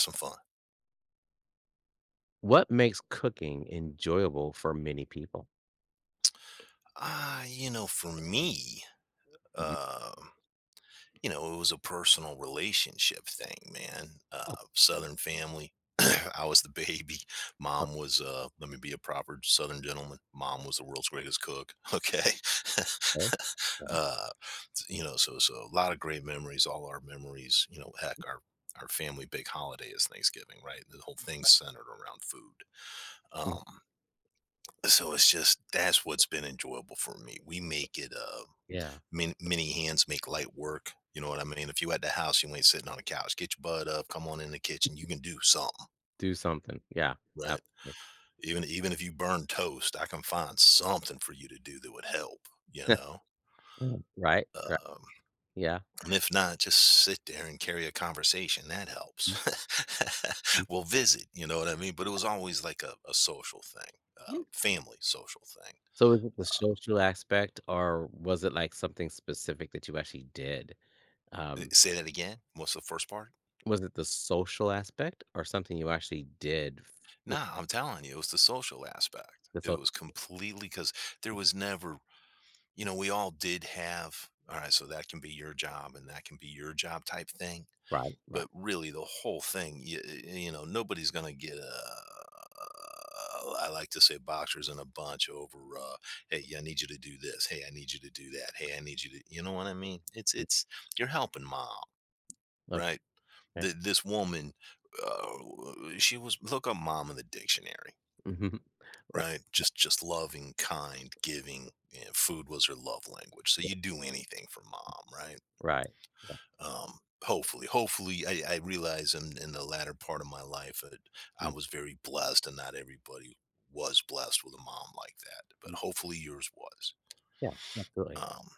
Some fun. What makes cooking enjoyable for many people? For me, Mhm. um, it was a personal relationship thing, man. Oh. Southern family. I was the baby. Mom was, let me be a proper Southern gentleman. Mom was the world's greatest cook. Okay. Okay. uh, so a lot of great memories, all our memories, you know, our family big holiday is Thanksgiving, right? The whole thing's centered around food. Mm. Um, So it's just that's what's been enjoyable for me. We make it Yeah. many, many hands make light work. You know what I mean? If you at the house, you ain't sitting on the couch. Get your butt up, come on in the kitchen. You can do something, Do something. Yeah. right? Absolutely. Even if you burn toast, I can find something for you to do that would help, you know? Mm. Right? Right. Um, Yeah. and if not, just sit there and carry a conversation. That helps. Mm, mm. We'll visit, you know what I mean? But it was always like a social thing, Yeah. uh, family social thing. So is it the social aspect or was it like something specific that you actually did? Um, Say that again. What's the first part? was it the social aspect or something you actually did? Yeah. Nah, I'm telling you, it was the social aspect. The It social, was completely because there was never, you know, we all did have, all right, so that can be your job and that can be your job type thing. right, right. But really, the whole thing, you know, nobody's going to get a, I like to say boxers in a bunch over, hey, yeah, I need you to do this. Hey, I need you to do that. Hey, I need you to, you know what I mean? It's, you're helping mom, right? Okay. This woman, uh, she was, look up mom in the dictionary. Mhm. Right, Right? Just loving, kind, giving, and food was her love language, so you do anything for mom, right? right. Hopefully, I realize in the latter part of my life that I Mm, was very blessed and not everybody was blessed with a mom like that, but mm. hopefully yours was. Yeah, absolutely. Um,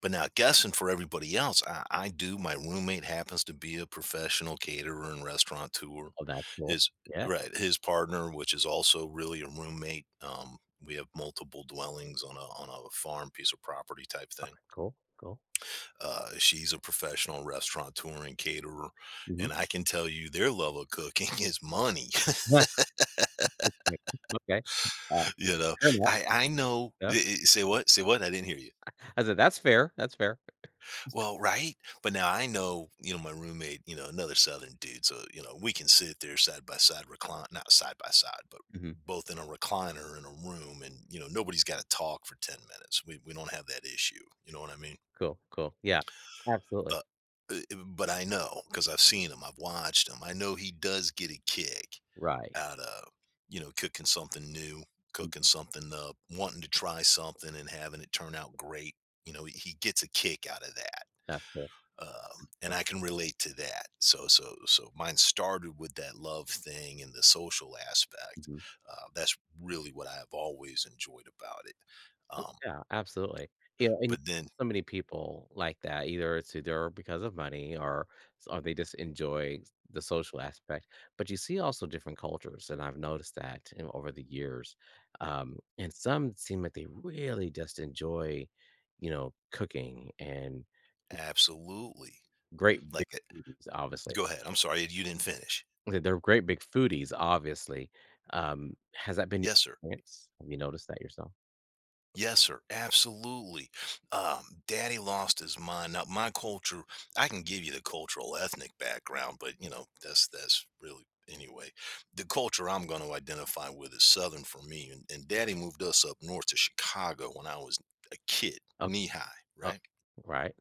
but now guessing for everybody else, I do, my roommate happens to be a professional caterer and restaurateur. Oh, that's cool. His Yeah, right, his partner, which is also really a roommate, we have multiple dwellings on a farm piece of property type thing. cool, cool. She's a professional restaurateur and caterer, Hmm. and I can tell you their love of cooking is money, It's like, Okay. Uh, you know? Fair enough. I I know Yeah. i i say what? Say what? I didn't hear you. I said, "That's fair. That's fair." Well, right? But now I know, you know, my roommate, you know, another Southern dude, so, you know, we can sit there side by side, recline, not side by side, but Mhm. both in a recliner in a room and, you know, nobody's got to talk for 10 minutes. We don't have that issue, you know what I mean? Cool, cool. Yeah. Absolutely. Uh, but I know cuz I've seen him, I've watched him. I know he does get a kick Right. out of, you know, cooking something new, Mm, cooking something up, wanting to try something and having it turn out great. You know, he gets a kick out of that, that's cool, and cool. I can relate to that. So mine started with that love thing and the social aspect. Mhm. That's really what I have always enjoyed about it. Um, Yeah, absolutely. Yeah, and you- but then, so many people like that, either it's either because of money or s or they just enjoy s the social aspect, but you see also different cultures, and I've noticed that in over the years. And some seem like they really just enjoy, cooking and absolutely, great big like, uh, foods, obviously. go ahead. I'm sorry, you didn't finish. They're great big foodies, obviously. Has that been your Yes, sir. experience? Have you noticed that yourself? Yes, sir. Absolutely. Daddy lost his mind. Now, my culture, I can give you the cultural ethnic background, but you know, that's really anyway. The culture I'm going to identify with is Southern for me. And daddy moved us up north to Chicago when I was a kid, Oh, knee high, oh, right? right.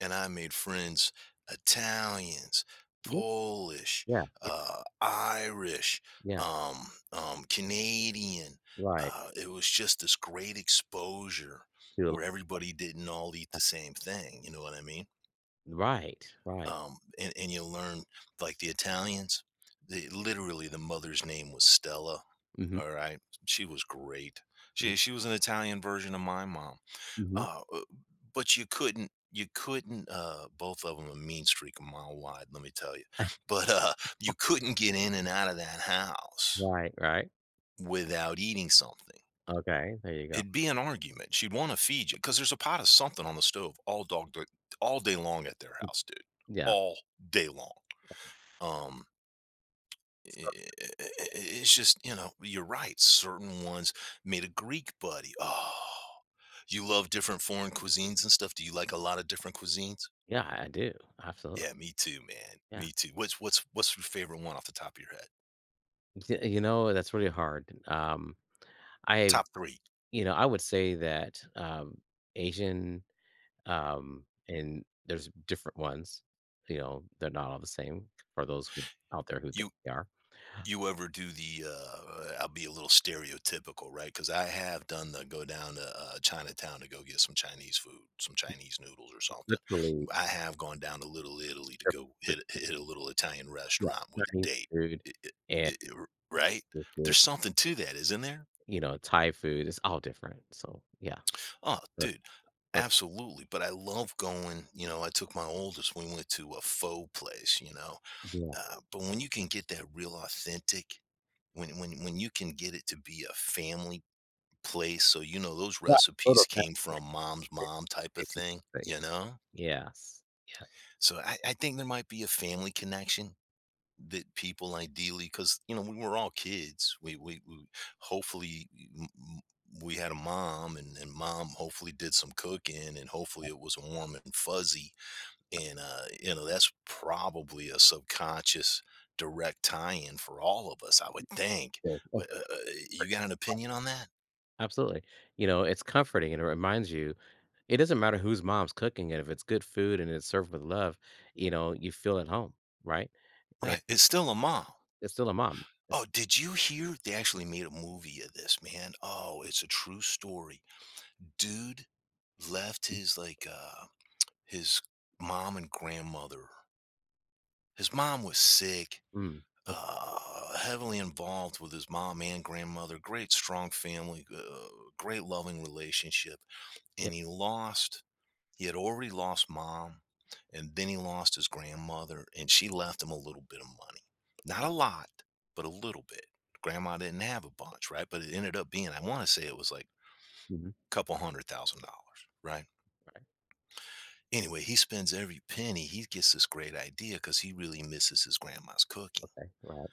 And I made friends Italians, Yeah, Polish, yeah, yeah, Irish, yeah, Canadian. right. It was just this great exposure Feel where everybody didn't all eat the same thing. You know what I mean? right, right. And you learn like the Italians. They, literally, the mother's name was Stella. Mhm, All right, she was great. mm, She was an Italian version of my mom. mhm. Oh, but you couldn't, both of them a mean streak a mile wide, let me tell you. But you couldn't get in and out of that house Right, right. without eating something. Okay, there you go. It'd be an argument. She'd wanna feed you because there's a pot of something on the stove all dog d all day long at their house, dude, Yeah, all day long. Um, I it's just, you know, you're right, certain ones made a Greek buddy. Oh, you love different foreign cuisines and stuff? Do you like a lot of different cuisines? yeah, I do, absolutely, Yeah, me too, man. yeah. Me too. What's your favorite one off the top of your head? Y You know, that's really hard. I've Top 3. I would say that, Asian. And there's different ones, you know, they're not all the same for those who out there who think You they are. you ever do the I'll be a little stereotypical, right? Cuz I have done the go down to Chinatown to go get some Chinese food, some Chinese noodles or something. Literally, I have gone down to Little Italy to they're go but hit a little Italian yeah, restaurant with a Chinese date. food It, it, and right? the food, There's something to that, isn't there? you know, Thai food is all different. So, yeah, Oh, that's dude. but Absolutely. But I love going, you know, I took my oldest, we went to a faux place, you know. yeah. But when you can get that real authentic, when you can get it to be a family place, so you know those But recipes total came from mom's package, mom type of thing, but yeah. you know. Yes. Yeah. So I think there might be a family connection that people ideally, because you know we were all kids. We hopefully m- m- we had a mom, and mom hopefully did some cooking, and hopefully it was warm and fuzzy and, you know, that's probably a subconscious direct tie-in for all of us, I would think. Yes, Wha that's you great. got an opinion on that? Absolutely. You know, it's comforting and it reminds you it doesn't matter whose mom's cooking it, if it's good food and it's served with love, you know, you feel at home, right? Right. It's still a mom. It's still a mom. It's "Oh, did you hear they actually made a movie of this, man? Oh, it's a true story. Dude left mm, his, his mom and grandmother. His mom was sick, mm, oh, heavily involved with his mom and grandmother, great strong family, great loving relationship, yeah, and he lost, he had already lost mom, and then he lost his grandmother and she left him a little bit of money, not a lot, but a little bit. Grandma didn't have a bunch, right, but it ended up being, I want to say it was like mhm, a couple hundred thousand dollars, right? right, Anyway, he spends every penny. He gets this great idea because he really misses his grandma's cooking, okay, right,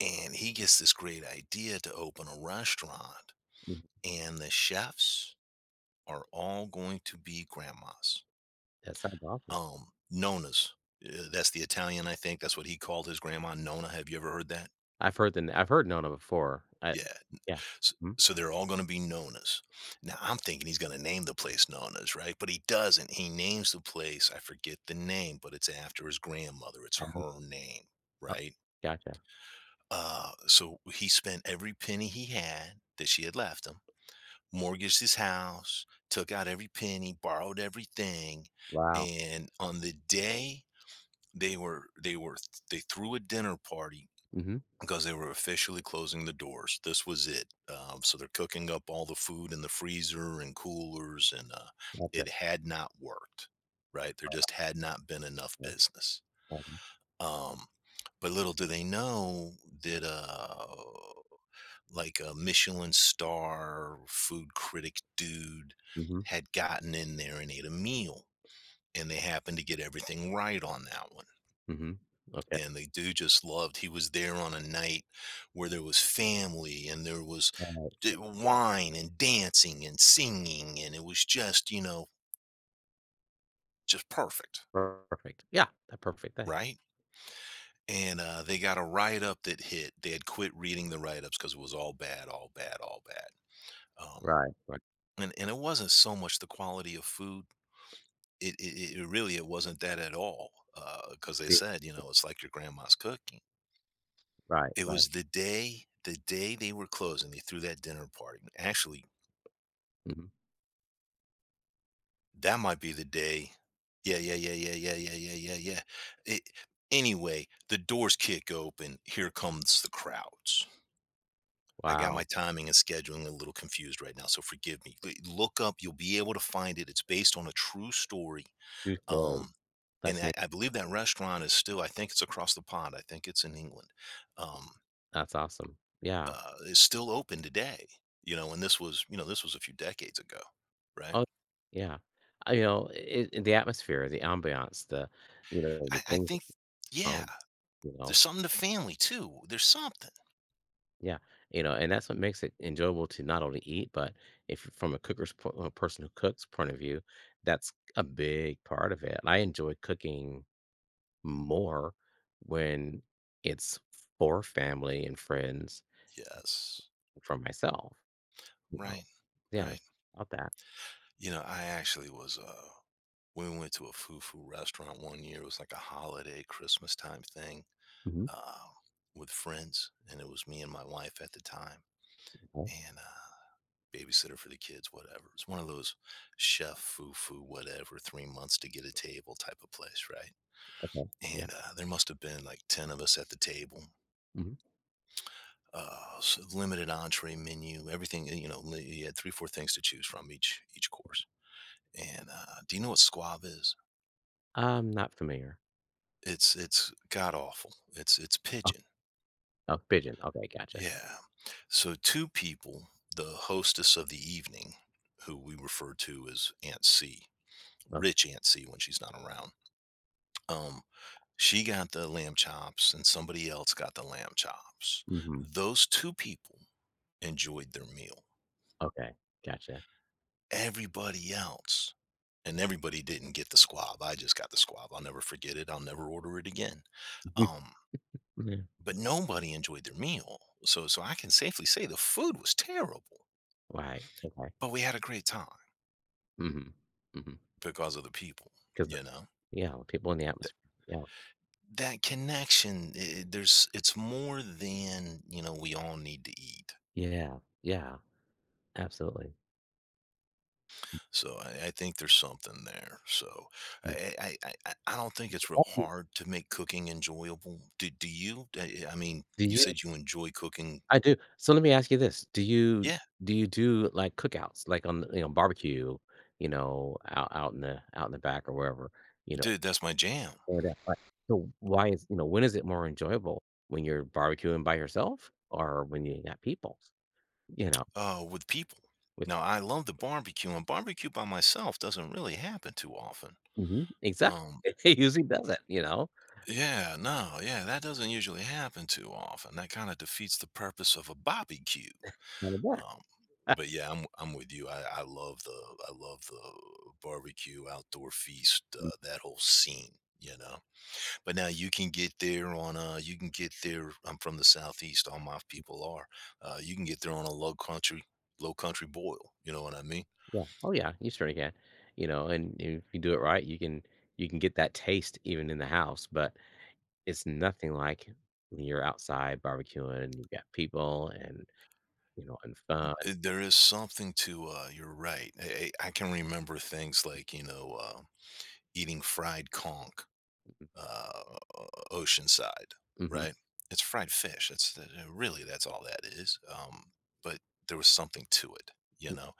and he gets this great idea to open a restaurant, mhm, and the chefs are all going to be grandmas, that sounds awesome. Nonas. That's the Italian, I think. That's what he called his grandma, Nona. Have you ever heard that? I've heard the I've heard Nona before. I Yeah. yeah, So, mhm, so they're all going to be Nonas. Now I'm thinking he's going to name the place Nonas, right? But he doesn't. He names the place. I forget the name, but it's after his grandmother. It's mhm, her name, oh, right? gotcha. So he spent every penny he had that she had left him, mortgaged his house, took out every penny, borrowed everything, Wow, and on the day they were they threw a dinner party mhm, because they were officially closing the doors. This was it. So they're cooking up all the food in the freezer and coolers, and gotcha, it had not worked. Right, there just had not been enough right, business. mhm, Um, but little do they know that like a Michelin star food critic dude mhm, had gotten in there and ate a meal, and they happened to get everything right on that one, mhm, okay, and the dude just loved, he was there on a night where there was family and there was alright, wine and dancing and singing and it was just, you know, just perfect, perfect. Yeah, that perfect thing. right? And they got a write-up that hit. They had quit reading the write-ups because it was all bad, all bad, all bad um, Right, right, and it wasn't so much the quality of food, it really it wasn't that at all, because they yeah, said you know it's like your grandma's cooking. right, It right, was the day, the day they were closing, they threw that dinner party. Actually, mhm, that might be the day. Yeah, yeah, yeah, yeah, yeah, yeah, yeah, yeah, yeah. It anyway, the doors kick open, here comes the crowds. I got my wow, timing and scheduling a little confused right now, so forgive me. L- Look up, you'll be able to find it. It's based on a true story. Tuesday, Um, and that's I, neat, I believe that restaurant is still, I think it's across the pond. I think it's in England. Um, that's awesome. Yeah, is still open today. You know, and this was, you know, this was a few decades ago, right? oh, yeah, I you know, it the atmosphere, the ambiance, the, you know, I, the I things think, yeah, home, you there's know? something to family too. There's something. Yeah, you know, and that's what makes it enjoyable to not only eat, but if you're from a cooker's po a person who cooks point of view, that's a big part of it. I enjoy cooking more when it's for family and friends Yes, than for myself, you know? right, Yeah, right. there's about that. You know, I actually was. We went to a fufu restaurant one year. It was like a holiday Christmas time thing Mhm, uh, with friends, and it was me and my wife at the time, okay, and babysitter for the kids, whatever. It's one of those chef fufu, whatever, 3 months to get a table type of place, right? okay, yeah, And there must have been like 10 of us at the table. mhm. Limited entree menu everything you had three four things to choose from each course. And do you know what squab is? I'm not familiar. It's god awful. It's Oh, pigeon. oh, pigeon, okay, gotcha. Yeah, so two people, the hostess of the evening, who we refer to as Aunt C, Okay, rich Aunt C when she's not around. Um, she got the lamb chops and somebody else got the lamb chops. mhm, Those two people enjoyed their meal. okay, gotcha. Everybody else, and everybody didn't get the squab. I just got the squab. I'll never forget it. I'll never order it again. Mhm, Um, yeah, but nobody enjoyed their meal. So I can safely say the food was terrible, right, okay, but we had a great time mhm, mhm. because of the people, 'Cause you know. yeah, people in the Th- atmosphere. Yeah. that connection, there's it's more than, we all need to eat. Yeah. Yeah. Absolutely. So I think there's something there. So Yeah. I don't think it's real hard to make cooking enjoyable. Do you? I mean, Do you you said you enjoy cooking. I do. So let me ask you this. Yeah, Do you do, like, cookouts, like, on the you know, barbecue, you know, out in the back or wherever, you know, dude, that's my jam. or that part. So why is you know, when is it more enjoyable? When you're barbecuing by yourself or when you got people, you know, With people. with Now I love the barbecue, and barbecue by myself doesn't really happen too often. Mhm. Exactly. Um, It usually doesn't, you know? yeah, no, yeah, that doesn't usually happen too often. That kind of defeats the purpose of a barbecue. Kinda bad. Um, but yeah, I'm with you. I love the barbecue outdoor feast, that whole scene. But now you can get there on you can get there. I'm from the southeast. All my people are. You can get there on a low country boil. You know what I mean? Yeah. Oh yeah, you certainly can. You know, and if you do it right, you can get that taste even in the house, but it's nothing like when you're outside barbecuing and you've got people and you know and fun. There is something to you're right. I can remember things like, eating fried conch uh oceanside, Hmm. right? It's fried fish. That's really that's all that is. But there was something to it, you know.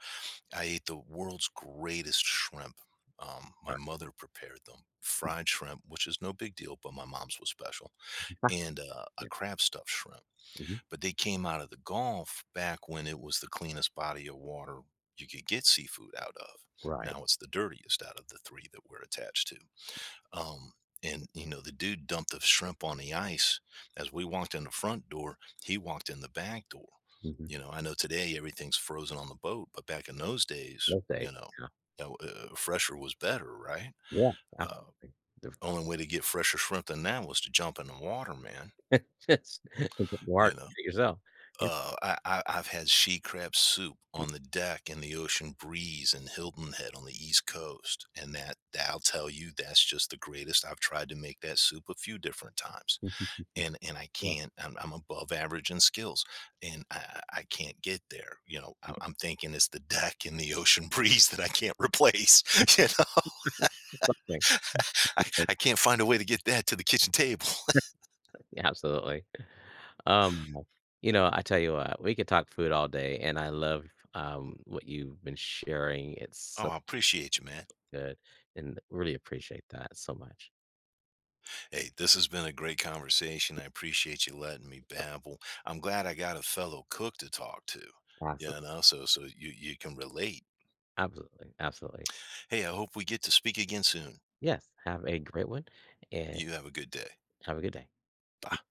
I ate the world's greatest shrimp. My Right. mother prepared them. Fried shrimp, which is no big deal, but my mom's was special, Huh. and a Yeah. crab stuffed shrimp. Hmm. But they came out of the Gulf back when it was the cleanest body of water you could get seafood out of. Right. Now it's the dirtiest out of the 3 that we're attached to. Um, and the dude dumped the shrimp on the ice. As we walked in the front door, he walked in the back door. Hmm. I know today everything's frozen on the boat, but back in those days, Love that. Yeah. Fresher was better, right? Yeah. Uh, Absolutely. The- Only way to get fresher shrimp than that was to jump in the water, man. Just You more know, yourself. Yeah. I've had she crab soup on the deck in the ocean breeze in Hilton Head on the East Coast, and that I'll tell you, that's just the greatest. I've tried to make that soup a few different times, Mhm. and I Yeah. can't. I'm above average in skills, and I can't get there. I, Mhm. I'm thinking it's the deck and the ocean breeze that I can't replace. You know, Okay. I, Okay. I can't find a way to get that to the kitchen table. Absolutely. Um, you know, I tell you what, we could talk food all day, and I love, what you've been sharing. It's Oh, so I appreciate you, man. good, and really appreciate that so much. Hey, this has been a great conversation. I appreciate you letting me babble. I'm glad I got a fellow cook to talk to, Absolutely, so you can relate. absolutely, absolutely. Hey, I hope we get to speak again soon. Yes, have a great one, and You have a good day. have a good day. Bye.